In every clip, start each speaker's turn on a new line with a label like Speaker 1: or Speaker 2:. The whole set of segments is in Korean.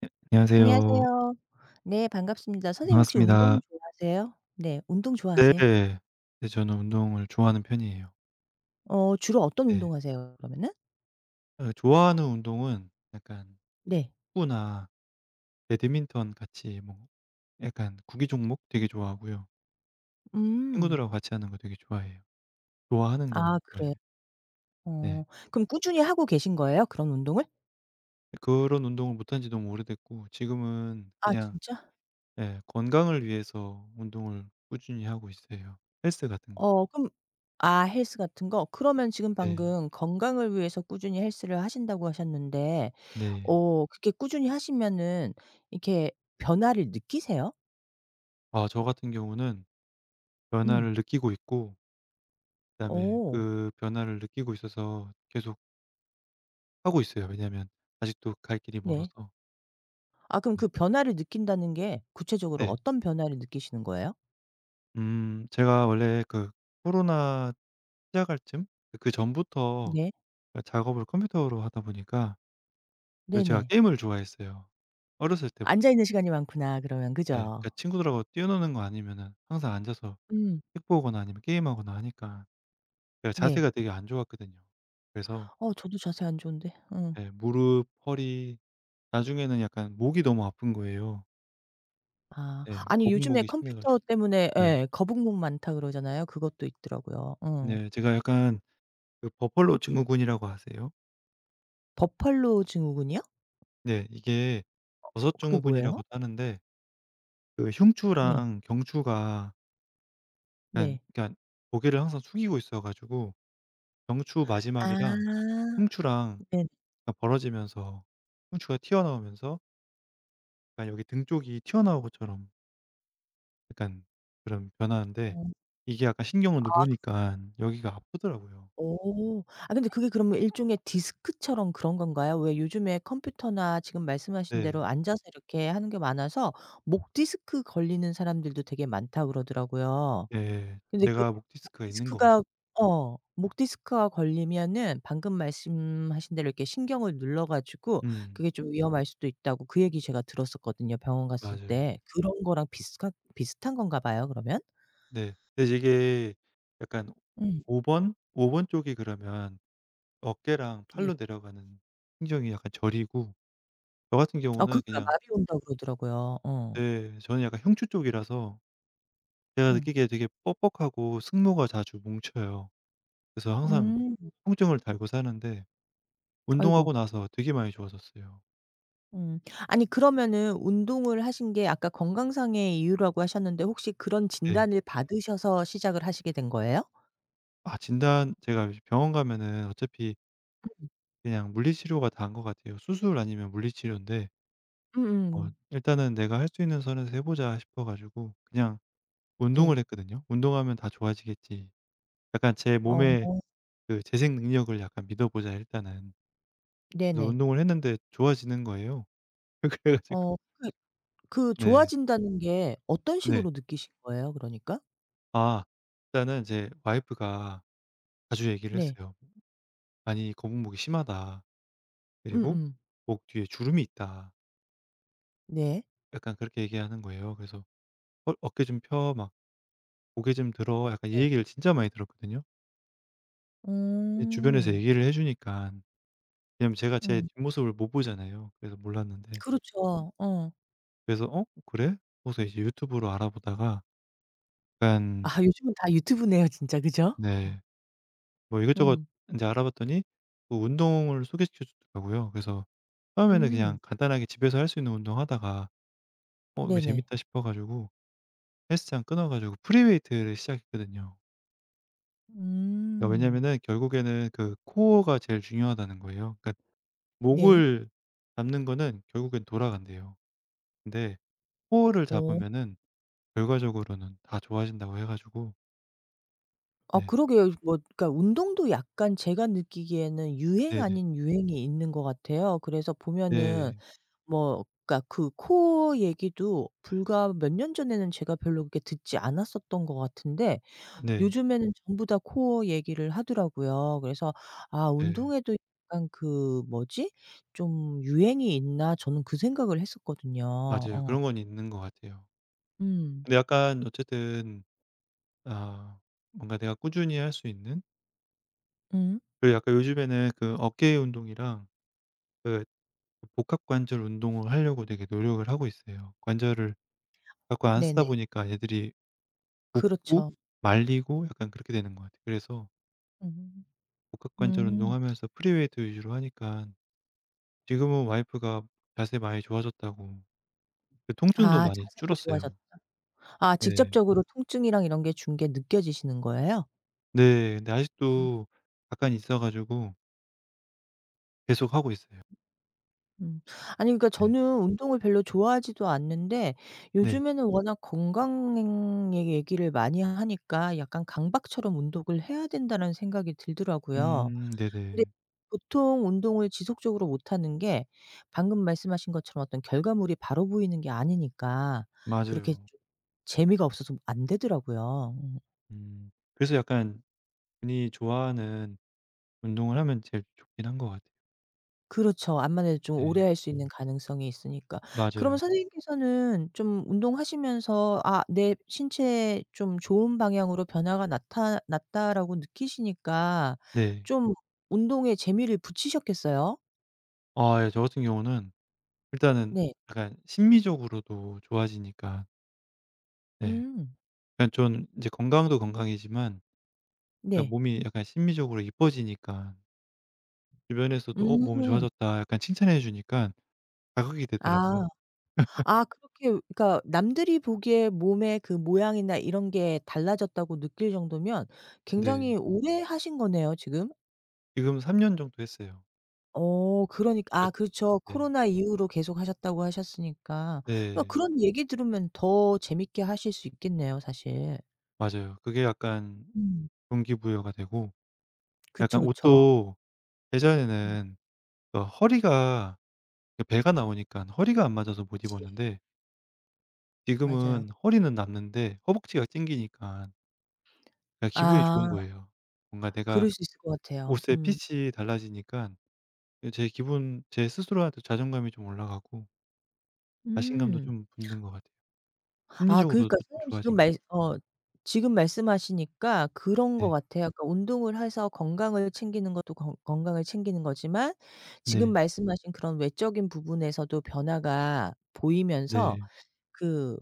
Speaker 1: 네 안녕하세요.
Speaker 2: 안녕하세요. 네, 반갑습니다. 선생님 혹시 운동
Speaker 1: 반갑습니다.
Speaker 2: 좋아하세요? 네. 운동 좋아하세요?
Speaker 1: 네. 네 저는 운동을 좋아하는 편이에요.
Speaker 2: 어, 주로 어떤
Speaker 1: 네.
Speaker 2: 운동하세요 그러면은?
Speaker 1: 어 좋아하는 운동은 약간
Speaker 2: 네.
Speaker 1: 축구나 배드민턴 같이 뭐 약간 구기 종목 되게 좋아하고요.
Speaker 2: 음.
Speaker 1: 친구들하고 같이 하는 거 되게 좋아해요. 좋아하는 건
Speaker 2: 아
Speaker 1: 안
Speaker 2: 그래요?
Speaker 1: 좋아해요.
Speaker 2: 어.
Speaker 1: 네.
Speaker 2: 그럼 꾸준히 하고 계신 거예요 그런 운동을?
Speaker 1: 그런 운동을 못한 지 너무 오래됐고 지금은
Speaker 2: 아
Speaker 1: 그냥
Speaker 2: 진짜?
Speaker 1: 예 건강을 위해서 운동을 꾸준히 하고 있어요. 헬스 같은 거.
Speaker 2: 어 그럼. 아 헬스 같은 거? 그러면 지금
Speaker 1: 네.
Speaker 2: 방금 건강을 위해서 꾸준히 헬스를 하신다고 하셨는데
Speaker 1: 네.
Speaker 2: 어 그렇게 꾸준히 하시면은 이렇게 변화를 느끼세요?
Speaker 1: 아 저 같은 경우는
Speaker 2: 음.
Speaker 1: 변화를 느끼고 있고, 그다음에
Speaker 2: 오.
Speaker 1: 그 변화를 느끼고 있어서 계속 하고 있어요. 왜냐하면 아직도 갈 길이
Speaker 2: 네.
Speaker 1: 멀어서.
Speaker 2: 아 그럼
Speaker 1: 네.
Speaker 2: 그 변화를 느낀다는 게 구체적으로
Speaker 1: 네.
Speaker 2: 어떤 변화를 느끼시는 거예요?
Speaker 1: 제가 원래 그 코로나 시작할 쯤 그전부터
Speaker 2: 네.
Speaker 1: 그 작업을 컴퓨터로 하다 보니까 그 제가
Speaker 2: 네네.
Speaker 1: 게임을 좋아했어요. 어렸을 때부터.
Speaker 2: 앉아 있는 시간이 많구나 그러면,
Speaker 1: 네.
Speaker 2: 그죠?
Speaker 1: 그러니까 친구들하고 뛰어노는 거 아니면은 항상 앉아서
Speaker 2: 음.
Speaker 1: 책 보거나 아니면 게임하거나 하니까 제가
Speaker 2: 네.
Speaker 1: 자세가 되게 안 좋았거든요. 그래서
Speaker 2: 어 저도 자세 안 좋은데. 어.
Speaker 1: 예 무릎, 허리 나중에는 약간 목이 너무 아픈 거예요.
Speaker 2: 아.
Speaker 1: 네.
Speaker 2: 아니 요즘에
Speaker 1: 거북목이 심해
Speaker 2: 컴퓨터
Speaker 1: 가지고.
Speaker 2: 때문에
Speaker 1: 네.
Speaker 2: 예 거북목 많다 그러잖아요. 그것도 있더라고요. 어.
Speaker 1: 네. 제가 약간 그 버팔로 증후군이라고 아세요?
Speaker 2: 버팔로 증후군이요?
Speaker 1: 네. 이게 버섯
Speaker 2: 그게 뭐예요?
Speaker 1: 증후군이라고도 하는데 그
Speaker 2: 네.
Speaker 1: 흉추랑 경추가 그러니깐
Speaker 2: 네.
Speaker 1: 그러니까 고개를 항상 숙이고 있어 가지고 경추
Speaker 2: 아.
Speaker 1: 마지막이랑 흉추랑
Speaker 2: 네네.
Speaker 1: 약간 벌어지면서 흉추가 튀어나오면서 약간 여기 등 쪽이 튀어나온 것처럼 약간 그런 변화인데,
Speaker 2: 어.
Speaker 1: 이게 약간 신경을
Speaker 2: 아.
Speaker 1: 누르니깐 여기가 아프더라고요.
Speaker 2: 오. 아 근데 그게 그러면 일종의 디스크처럼 그런 건가요? 왜 요즘에 컴퓨터나 지금 말씀하신
Speaker 1: 네.
Speaker 2: 대로 앉아서 이렇게 하는 게 많아서 목 디스크 걸리는 사람들도 되게 많다고 그러더라고요.
Speaker 1: 예.
Speaker 2: 근데 그
Speaker 1: 제가 목
Speaker 2: 목
Speaker 1: 디스크가 있는 것 같아요.
Speaker 2: 디스크가, 어 목 디스크가 걸리면은 방금 말씀하신 대로 이렇게 신경을 눌러 가지고
Speaker 1: 음.
Speaker 2: 그게 좀 위험할 수도 있다고 그 얘기 제가 들었었거든요, 병원 갔을
Speaker 1: 맞아요.
Speaker 2: 때. 그런 거랑 비슷한 건가 봐요, 그러면?
Speaker 1: 네. 근데 이게 약간
Speaker 2: 음.
Speaker 1: 5번 쪽이 그러면 어깨랑
Speaker 2: 네.
Speaker 1: 팔로 내려가는 신경이 약간 저리고, 저 같은
Speaker 2: 아
Speaker 1: 경우는
Speaker 2: 그러니까
Speaker 1: 그냥
Speaker 2: 마비 온다고 그러더라고요. 어.
Speaker 1: 네 저는 약간 흉추 쪽이라서 제가
Speaker 2: 음.
Speaker 1: 느끼기에 되게 뻑뻑하고 승모가 자주 뭉쳐요. 그래서 항상
Speaker 2: 음.
Speaker 1: 통증을 달고 사는데
Speaker 2: 아이고.
Speaker 1: 운동하고 나서 되게 많이 좋아졌어요.
Speaker 2: 음. 아니 그러면은 운동을 하신 게 아까 건강상의 이유라고 하셨는데 혹시 그런
Speaker 1: 네.
Speaker 2: 진단을 받으셔서 시작을 하시게 된 거예요?
Speaker 1: 아 진단 제가 이제 병원 가면은 어차피 그냥 물리치료가 다인 것 같아요. 수술 아니면 물리치료인데 어
Speaker 2: 음음.
Speaker 1: 일단은 '내가 할 수 있는 선에서 해 보자.' 싶어 가지고 그냥 운동을
Speaker 2: 네.
Speaker 1: 했거든요. '운동하면 다 좋아지겠지.' 약간 제
Speaker 2: 어.
Speaker 1: 몸의 그 재생 능력을 약간 믿어 보자 일단은. 그래서
Speaker 2: 네네.
Speaker 1: 운동을 했는데 좋아지는 거예요. 그래 가지고
Speaker 2: 어 그
Speaker 1: 네.
Speaker 2: 좋아진다는 게 어떤
Speaker 1: 네.
Speaker 2: 식으로 느끼신 거예요 그러니까?
Speaker 1: 아 일단은 이제 와이프가 자주 얘기를
Speaker 2: 네.
Speaker 1: 했어요. "아니 거북목이 심하다. 그리고
Speaker 2: 음음.
Speaker 1: 목 뒤에 주름이 있다."
Speaker 2: 네.
Speaker 1: 약간 그렇게 얘기하는 거예요. 그래서 "어 어깨 좀 펴." 막 "고개 좀 들어." 약간 이
Speaker 2: 네.
Speaker 1: 얘기를 진짜 많이 들었거든요. 이 주변에서
Speaker 2: 음.
Speaker 1: 얘기를 해주니까, 왜냐면 제가 제
Speaker 2: 음.
Speaker 1: 뒷모습을 못 보잖아요. 그래서 몰랐는데
Speaker 2: 그렇죠. 어.
Speaker 1: 그래서 '어 그래?' 그래서 이제 유튜브로 알아보다가 약간
Speaker 2: 아 요즘은 다 유튜브네요 진짜. 그죠?
Speaker 1: 네 뭐 이것저것
Speaker 2: 음.
Speaker 1: 인제 알아봤더니 그 운동을 소개시켜 주더라고요. 그래서 처음에는
Speaker 2: 음.
Speaker 1: 그냥 간단하게 집에서 할 수 있는 운동 하다가 '어 이거
Speaker 2: 네네.
Speaker 1: 재밌다.' 싶어 가지고 헬스장 끊어 가지고 프리웨이트를 시작했거든요. 그러니까
Speaker 2: 음.
Speaker 1: 왜냐면은 결국에는 그 코어가 제일 중요하다는 거예요. 그러니까
Speaker 2: 네.
Speaker 1: 목을 잡는 거는 결국엔 돌아간대요. 근데 코어를
Speaker 2: 어.
Speaker 1: 잡으면은 결과적으로는 다 좋아진다고 해 가지고
Speaker 2: 아
Speaker 1: 네.
Speaker 2: 그러게요. 뭐 그러니까 운동도 약간 제가 느끼기에는 유행
Speaker 1: 네네.
Speaker 2: 아닌 유행이 있는 것 같아요. 그래서 보면은
Speaker 1: 네.
Speaker 2: 뭐 그러니까 그 코어 얘기도 불과 몇 년 전에는 제가 별로 그렇게 듣지 않았었던 것 같은데
Speaker 1: 네.
Speaker 2: 요즘에는 전부 다 코어 얘기를 하더라고요. 그래서 '아
Speaker 1: 네.
Speaker 2: 운동에도 약간 그 뭐지? 좀 유행이 있나?' 저는 그 생각을 했었거든요.
Speaker 1: 맞아요.
Speaker 2: 어.
Speaker 1: 그런 건 있는 것 같아요.
Speaker 2: 음.
Speaker 1: 근데 약간 어쨌든 아 뭔가 내가 꾸준히 할 수 있는,
Speaker 2: 음.
Speaker 1: 그리고 약간 요즘에는 그 어깨 운동이랑 그 복합 관절 운동을 하려고 되게 노력을 하고 있어요. 관절을 자꾸 안 쓰다
Speaker 2: 네네.
Speaker 1: 보니까 얘들이 굽고
Speaker 2: 그렇죠.
Speaker 1: 말리고 약간 그렇게 되는 것 같아요. 그래서
Speaker 2: 음.
Speaker 1: 복합 관절
Speaker 2: 음.
Speaker 1: 운동하면서 프리웨이트 위주로 하니까 지금은 와이프가 자세 많이 좋아졌다고, 그 통증도
Speaker 2: 아
Speaker 1: 많이
Speaker 2: 자세도 좋아졌다.
Speaker 1: 줄었어요.
Speaker 2: 아
Speaker 1: 네.
Speaker 2: 직접적으로 통증이랑 이런 게 준 게 느껴지시는 거예요?
Speaker 1: 네. 근데
Speaker 2: 음.
Speaker 1: 아직도 약간 있어 가지고 계속 하고 있어요.
Speaker 2: 음. 아니 그러니까
Speaker 1: 네.
Speaker 2: 저는 운동을 별로 좋아하지도 않는데
Speaker 1: 네.
Speaker 2: 요즘에는 워낙 건강의 얘기를 많이 하니까 약간 강박처럼 '운동을 해야 된다.'는 생각이 들더라고요. 근데
Speaker 1: 네네.
Speaker 2: 보통 운동을 지속적으로 못하는 게 방금 말씀하신 것처럼 어떤 결과물이 바로 보이는 게 아니니까 그렇게
Speaker 1: 맞아요.
Speaker 2: 좀 재미가 없어서 안 되더라고요.
Speaker 1: 음. 그래서 약간 본인이 좋아하는 운동을 하면 제일 좋긴 한 것 같아요.
Speaker 2: 그렇죠. 안만해도 좀 오래
Speaker 1: 네.
Speaker 2: 할 수 있는 가능성이 있으니까. 그러면
Speaker 1: 맞아요.
Speaker 2: 선생님께서는 좀 운동하시면서 '아 내 신체에 좀 좋은 방향으로 변화가 나타 났다.'라고 느끼시니까
Speaker 1: 네.
Speaker 2: 좀 운동에 재미를 붙이셨겠어요?
Speaker 1: 아 예 저 같은 경우는 일단은
Speaker 2: 네.
Speaker 1: 약간 심미적으로도 좋아지니까 네.
Speaker 2: 음.
Speaker 1: 그러니까 전 이제 건강도 건강이지만 그러니까
Speaker 2: 네.
Speaker 1: 몸이 약간 심미적으로 이뻐지니까 주변에서도 "어 몸
Speaker 2: 음.
Speaker 1: 좋아졌다." 약간 칭찬해 주니까 자극이
Speaker 2: 아.
Speaker 1: 되더라고요.
Speaker 2: 아 그렇게 그러니까 남들이 보기에 몸의 그 모양이나 이런 게 달라졌다고 느낄 정도면
Speaker 1: 네.
Speaker 2: 굉장히 오래 하신 거네요 지금?
Speaker 1: 지금 3년 정도 했어요.
Speaker 2: 어 그러니 까
Speaker 1: 아
Speaker 2: 아 그렇죠.
Speaker 1: 네.
Speaker 2: 코로나 이후로 계속 하셨다고 하셨으니까. 그러니까
Speaker 1: 네.
Speaker 2: 그런 얘기 들으면 더 재밌게 하실 수 있겠네요 사실.
Speaker 1: 맞아요. 그게 약간
Speaker 2: 음.
Speaker 1: 동기부여가 되고
Speaker 2: 그쵸,
Speaker 1: 약간
Speaker 2: 그쵸.
Speaker 1: 옷도
Speaker 2: 음.
Speaker 1: 예전에는 그 허리가 그 배가 나오니까 허리가 안 맞아서 못
Speaker 2: 그치.
Speaker 1: 입었는데
Speaker 2: 맞아요.
Speaker 1: 지금은 허리는 남는데 허벅지가 찡기니까 그냥 기분이 좋은
Speaker 2: 아.
Speaker 1: 거예요. 뭔가 내가
Speaker 2: 그럴 수 있을 것 같아요.
Speaker 1: 옷의
Speaker 2: 음.
Speaker 1: 핏이 달라지니까 예 제 기분 제 스스로한테 자존감이 좀 올라가고 자신감도
Speaker 2: 음.
Speaker 1: 좀 붙는 것 같아요.
Speaker 2: 아
Speaker 1: 심리적으로도
Speaker 2: 그러니까
Speaker 1: 좀
Speaker 2: 선생님 지금
Speaker 1: 좋아진 것
Speaker 2: 말
Speaker 1: 같아요.
Speaker 2: 어 지금 말씀하시니까 그런 것
Speaker 1: 네.
Speaker 2: 같아요. 그러니까 운동을 해서 건강을 챙기는 것도 건 건강을 챙기는 거지만 지금
Speaker 1: 네.
Speaker 2: 말씀하신 그런 외적인 부분에서도 변화가 보이면서
Speaker 1: 네.
Speaker 2: 그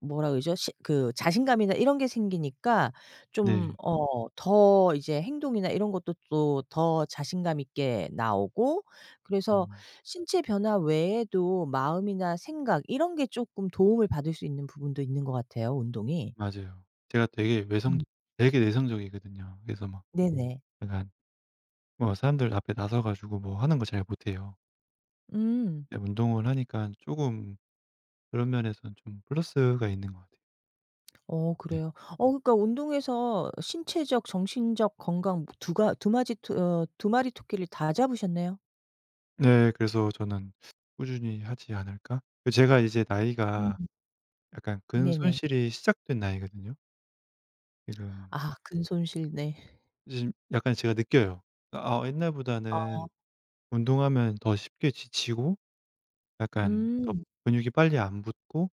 Speaker 2: 뭐라 그러죠? 시 그 자신감이나 이런 게 생기니까 좀
Speaker 1: 네.
Speaker 2: 어 더 이제 행동이나 이런 것도 또 더 자신감 있게 나오고 그래서
Speaker 1: 음
Speaker 2: 신체 변화 외에도 마음이나 생각 이런 게 조금 도움을 받을 수 있는 부분도 있는 것 같아요 운동이.
Speaker 1: 맞아요. 제가 되게 외성
Speaker 2: 음.
Speaker 1: 되게 내성적이거든요. 그래서 막
Speaker 2: 네네.
Speaker 1: 약간 뭐 사람들 앞에 나서 가지고 뭐 하는 걸 잘 못해요.
Speaker 2: 음.
Speaker 1: 근데 운동을 하니까 조금 그런 면에서는 좀 플러스가 있는 것 같아요.
Speaker 2: 어
Speaker 1: 네.
Speaker 2: 그래요. 어 그러니까 운동에서 신체적, 정신적 건강 두가 두마지 토 어 두 마리 토끼를 다 잡으셨네요.
Speaker 1: 네 그래서 저는 '꾸준히 하지 않을까?' 그 제가 이제
Speaker 2: 음.
Speaker 1: 나이가 약간
Speaker 2: 네네.
Speaker 1: 근손실이 시작된 나이거든요. 지금
Speaker 2: 아 근 손실 네.
Speaker 1: 지금 약간 제가 느껴요. 그러니까 아
Speaker 2: 어.
Speaker 1: 옛날보다는 운동하면 더 쉽게 지치고 약간 더
Speaker 2: 음.
Speaker 1: 근육이 빨리 안 붙고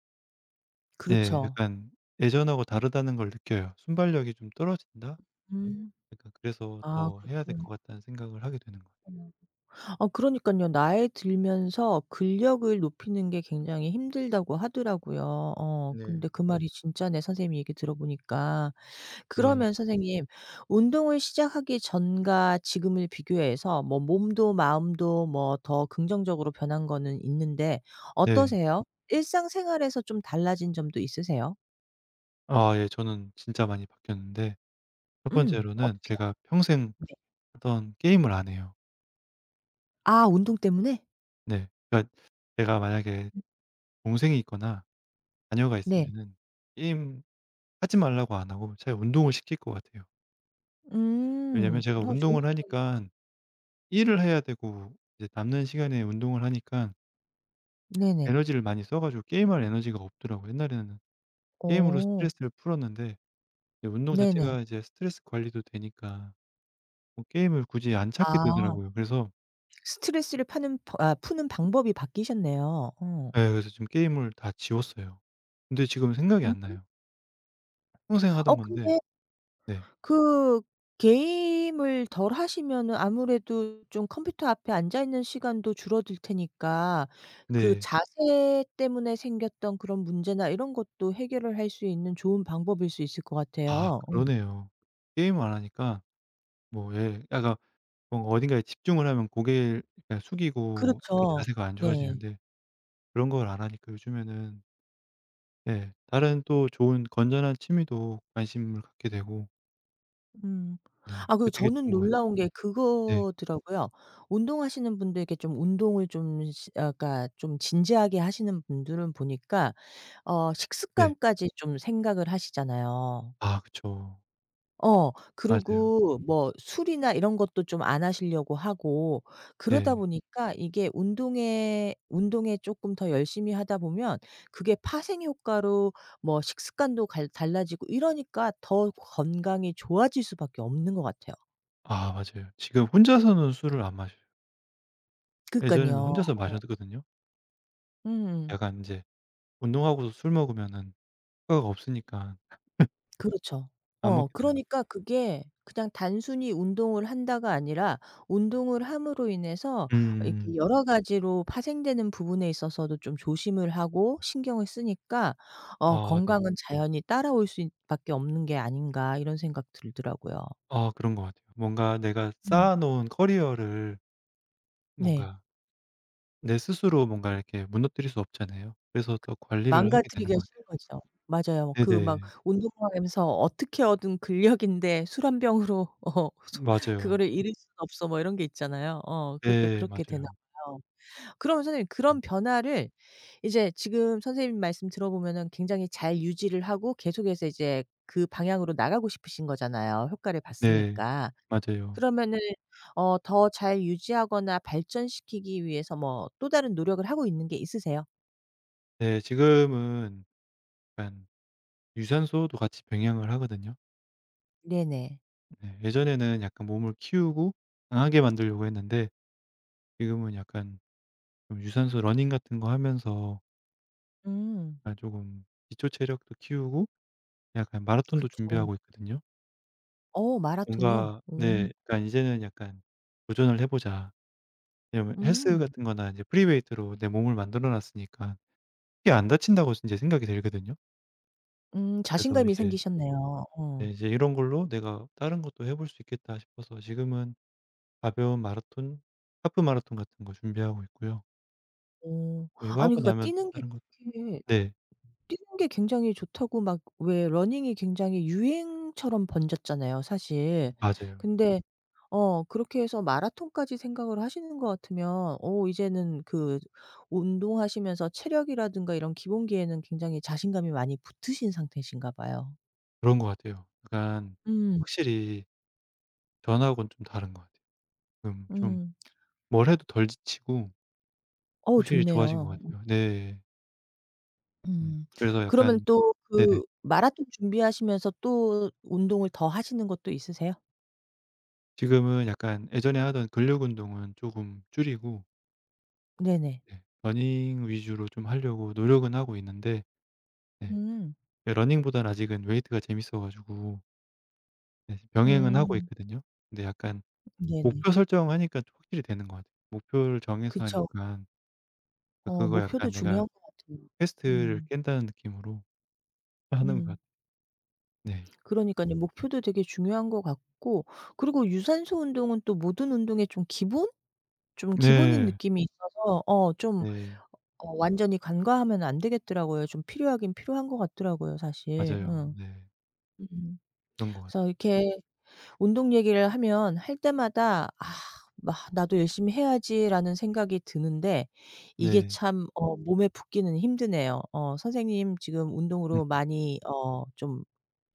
Speaker 1: 네
Speaker 2: 그렇죠.
Speaker 1: 약간 예전하고 다르다는 걸 느껴요. 순발력이 좀 떨어진다?
Speaker 2: 음.
Speaker 1: 그러니까 그래서
Speaker 2: 아
Speaker 1: 더 해야 될
Speaker 2: 그렇구나.
Speaker 1: 것 같다는 생각을 하게 되는 거예요.
Speaker 2: 음. 아 그러니깐요. 나이 들면서 근력을 높이는 게 굉장히 힘들다고 하더라고요. 어
Speaker 1: 네.
Speaker 2: 근데 그 말이 진짜네 선생님 얘기 들어보니까.
Speaker 1: 네.
Speaker 2: 그러면 선생님 운동을 시작하기 전과 지금을 비교해서 뭐 몸도 마음도 뭐 더 긍정적으로 변한 거는 있는데
Speaker 1: 네.
Speaker 2: 어떠세요? 일상생활에서 좀 달라진 점도 있으세요?
Speaker 1: 아 예 저는 진짜 많이 바뀌었는데 첫
Speaker 2: 음.
Speaker 1: 번째로는
Speaker 2: 어떻게요?
Speaker 1: 제가 평생
Speaker 2: 네.
Speaker 1: 하던 게임을 안 해요.
Speaker 2: 아 운동 때문에?
Speaker 1: 네. 그러니까 제가 만약에 동생이 있거나 자녀가
Speaker 2: 네.
Speaker 1: 있으면은 게임 하지 말라고 안 하고 차라리 운동을 시킬 것 같아요.
Speaker 2: 음.
Speaker 1: 왜냐면 제가
Speaker 2: 어 좋은
Speaker 1: 운동을
Speaker 2: 생각이.
Speaker 1: 하니깐 일을 해야 되고 이제 남는 시간에 운동을 하니까
Speaker 2: 네네.
Speaker 1: 에너지를 많이 써 가지고 게임할 에너지가 없더라고요. 옛날에는 게임으로
Speaker 2: 어.
Speaker 1: 스트레스를 풀었는데 근데 운동
Speaker 2: 네네.
Speaker 1: 자체가 이제 스트레스 관리도 되니까 뭐 게임을 굳이 안 찾게
Speaker 2: 아
Speaker 1: 되더라고요. 그래서
Speaker 2: 스트레스를 파는 버 아 푸는 방법이 바뀌셨네요. 어.
Speaker 1: 예 그래서 지금 게임을 다 지웠어요. 근데 지금 생각이
Speaker 2: 음.
Speaker 1: 안 나요. 평생
Speaker 2: 어
Speaker 1: 하던 건데
Speaker 2: 근데
Speaker 1: 네.
Speaker 2: 그 게임을 덜 하시면은 아무래도 좀 컴퓨터 앞에 앉아 있는 시간도 줄어들 테니까 그
Speaker 1: 네.
Speaker 2: 자세 때문에 생겼던 그런 문제나 이런 것도 해결을 할 수 있는 좋은 방법일 수 있을 것
Speaker 1: 아
Speaker 2: 같아요. 음.
Speaker 1: 그러네요. 게임을 안 하니까 뭐 예 약간 뭔가 어딘가에 집중을 하면 고개를 약간 숙이고 약간
Speaker 2: 그렇죠.
Speaker 1: 자세가 안
Speaker 2: 네.
Speaker 1: 좋아지는데 그런 걸 안 하니까 요즘에는 예 다른 또 좋은 건전한 취미도 관심을 갖게 되고
Speaker 2: 음.
Speaker 1: 네
Speaker 2: 아 그리고
Speaker 1: 그게 되게
Speaker 2: 저는
Speaker 1: 좋은 것 같아요.
Speaker 2: 놀라운 게
Speaker 1: 네.
Speaker 2: 그거더라고요. 운동하시는 분들께 좀 운동을 좀 시 아 그러니까 좀 진지하게 하시는 분들은 보니까 어
Speaker 1: 네.
Speaker 2: 식습관까지 좀 생각을 하시잖아요.
Speaker 1: 아 그쵸.
Speaker 2: 어
Speaker 1: 맞아요.
Speaker 2: 그리고 뭐 술이나 이런 것도 좀 안 하시려고 하고 그러다
Speaker 1: 네.
Speaker 2: 보니까 이게 운동에 쪼끔 더 열심히 하다 보면 그게 파생 효과로 뭐 식습관도 갈 달라지고 이러니까 더 건강이 좋아질 수밖에 없는 것 같아요.
Speaker 1: 아 맞아요. 지금 혼자서는 술을 안 마셔요. 예전에는
Speaker 2: 그니깐요.
Speaker 1: 혼자서 마셨거든요.
Speaker 2: 음.
Speaker 1: 약간 인제 운동하고서 술 먹으면은 효과가 없으니까
Speaker 2: 그렇죠.
Speaker 1: 안
Speaker 2: 어
Speaker 1: 먹게 되는 거
Speaker 2: 그러니까 그게 그냥 단순히 운동을 한다가 아니라 운동을 함으로 인해서 이렇게
Speaker 1: 음.
Speaker 2: 여러 가지로 파생되는 부분에 있어서도 좀 조심을 하고 신경을 쓰니까 어
Speaker 1: 아 네.
Speaker 2: '건강은 자연히 따라올 수 밖에 없는 게 아닌가.' 이런 생각 들더라고요.
Speaker 1: 아 그런 것 같아요. 뭔가 내가
Speaker 2: 음.
Speaker 1: 쌓아 놓은 커리어를
Speaker 2: 네.
Speaker 1: 뭔가 내 스스로 뭔가 이렇게 무너뜨릴 수 없잖아요. 그래서 더 관리를 하게 되는
Speaker 2: 망가뜨리기가
Speaker 1: 것
Speaker 2: 싫은
Speaker 1: 같아요.
Speaker 2: 거죠. 맞아요. 그 막
Speaker 1: 네네.
Speaker 2: 운동하면서 어떻게 얻은 근력인데 술 한 병으로 어 소
Speaker 1: 맞아요.
Speaker 2: 그거를 "잃을 수는 없어." 뭐 이런 게 있잖아요. 어 그러니까
Speaker 1: 네
Speaker 2: 그렇게 되나
Speaker 1: 맞아요.
Speaker 2: 봐요. 그러면 선생님
Speaker 1: 음
Speaker 2: 그런 변화를 이제 지금 선생님 말씀 들어보면은 굉장히 잘 유지를 하고 계속해서 이제 그 방향으로 나가고 싶으신 거잖아요, 효과를
Speaker 1: 네.
Speaker 2: 봤으니까.
Speaker 1: 맞아요.
Speaker 2: 그러면은 어 더 잘 유지하거나 발전시키기 위해서 뭐 또 다른 노력을 하고 있는 게 있으세요?
Speaker 1: 네 지금은 약간 유산소도 같이 병행을 하거든요.
Speaker 2: 네네.
Speaker 1: 네. 예전에는 약간 몸을 키우고 강하게 만들려고 했는데 지금은 약간 좀 유산소 러닝 같은 거 하면서
Speaker 2: 음.
Speaker 1: 약간 금 기초 체력도 키우고 약간 마라톤도
Speaker 2: 그쵸.
Speaker 1: 준비하고 있거든요.
Speaker 2: 어 마라톤이요?
Speaker 1: 뭔가
Speaker 2: 오.
Speaker 1: 네 그러니까 이제는 약간 '도전을 해 보자.' 왜냐면 헬스
Speaker 2: 음.
Speaker 1: 같은 거나 이제 프리웨이트로 내 몸을 만들어 놨으니까 크게 안 다친다고 이제 생각이 들거든요. 그래서
Speaker 2: 자신감이
Speaker 1: 이제
Speaker 2: 생기셨네요.
Speaker 1: 네
Speaker 2: 어.
Speaker 1: 이제 이런 걸로 '내가 다른 것도 해볼 수 있겠다.' 싶어서 지금은 가벼운 마라톤 하프 마라톤 같은 거 준비하고 있고요.
Speaker 2: 어.
Speaker 1: 뭐 이거
Speaker 2: 아니
Speaker 1: 하고
Speaker 2: 그러니까
Speaker 1: 나면 다른 것 네.
Speaker 2: 뛰는 게 굉장히 좋다고 막 왜 러닝이 굉장히 유행처럼 번졌잖아요, 사실.
Speaker 1: 맞아요.
Speaker 2: 근데 어 그렇게 해서 마라톤까지 생각을 하시는 것 같으면 어 이제는 그 운동하시면서 체력이라든가 이런 기본기에는 굉장히 자신감이 많이 붙으신 상태이신가 봐요.
Speaker 1: 그런 것 같아요. 약간
Speaker 2: 음.
Speaker 1: 확실히 전하고는 좀 다른 것 같아요. 지좀
Speaker 2: 음.
Speaker 1: 뭘 해도 덜 지치고
Speaker 2: 어우
Speaker 1: 확실히 좋아진 것
Speaker 2: 좋네요.
Speaker 1: 같아요. 네. 음.
Speaker 2: 음.
Speaker 1: 그래서
Speaker 2: 그러면
Speaker 1: 약간
Speaker 2: 또
Speaker 1: 네네.
Speaker 2: 그 마라톤 준비하시면서 또 운동을 더 하시는 것도 있으세요?
Speaker 1: 지금은 약간 예전에 하던 근력 운동은 쪼금 줄이고
Speaker 2: 네네.
Speaker 1: 네 러닝 위주로 좀 하려고 노력은 하고 있는데 네
Speaker 2: 음.
Speaker 1: 네, 러닝보다는 아직은 웨이트가 재밌어 가지고 네 병행은 하고
Speaker 2: 음.
Speaker 1: 있거든요. 근데 약간
Speaker 2: 네네.
Speaker 1: 목표 설정하니까 확실히 되는 것 같아요. 목표를 정해서
Speaker 2: 그쵸.
Speaker 1: 하니까. 아,
Speaker 2: 어
Speaker 1: 그거
Speaker 2: 목표도
Speaker 1: 약간 내가
Speaker 2: 중요한 것 같아요.
Speaker 1: 퀘스트를
Speaker 2: 음.
Speaker 1: 깬다는 느낌으로 하는 것
Speaker 2: 음.
Speaker 1: 같아요. 네.
Speaker 2: 그러니깐요. 목표도 되게 중요한 것 같고 그리고 유산소 운동은 또 모든 운동의 좀 기본? 좀 기본인
Speaker 1: 네.
Speaker 2: 느낌이 있어서 어 좀
Speaker 1: 네.
Speaker 2: 어 완전히 간과하면 안 되겠더라고요. 좀 필요하긴 필요한 것 같더라고요 사실.
Speaker 1: 맞아요.
Speaker 2: 응.
Speaker 1: 네.
Speaker 2: 음.
Speaker 1: 그런 것
Speaker 2: 그래서
Speaker 1: 같아요.
Speaker 2: 이렇게 운동 얘기를 하면 할 때마다 '아 막 나도 열심히 해야지.'라는 생각이 드는데 이게
Speaker 1: 네.
Speaker 2: 참 어 몸에 붙기는 힘드네요. 어 선생님 지금
Speaker 1: 음
Speaker 2: 운동으로 많이 어 좀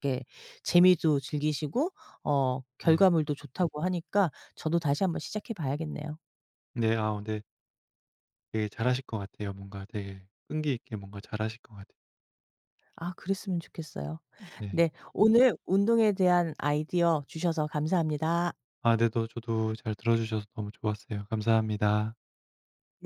Speaker 2: 이렇게 재미도 즐기시고 어
Speaker 1: 네.
Speaker 2: 결과물도 좋다고 하니까 저도 다시 한번 시작해 봐야겠네요.
Speaker 1: 네. 아 근데 되게 잘하실 것 같아요. 뭔가 되게 끈기 있게 뭔가 잘하실 것 같아요.
Speaker 2: 아 그랬으면 좋겠어요.
Speaker 1: 네.
Speaker 2: 네. 오늘 운동에 대한 아이디어 주셔서 감사합니다.
Speaker 1: 아 네. 또 저도 잘 들어 주셔서 너무 좋았어요. 감사합니다.
Speaker 2: 네.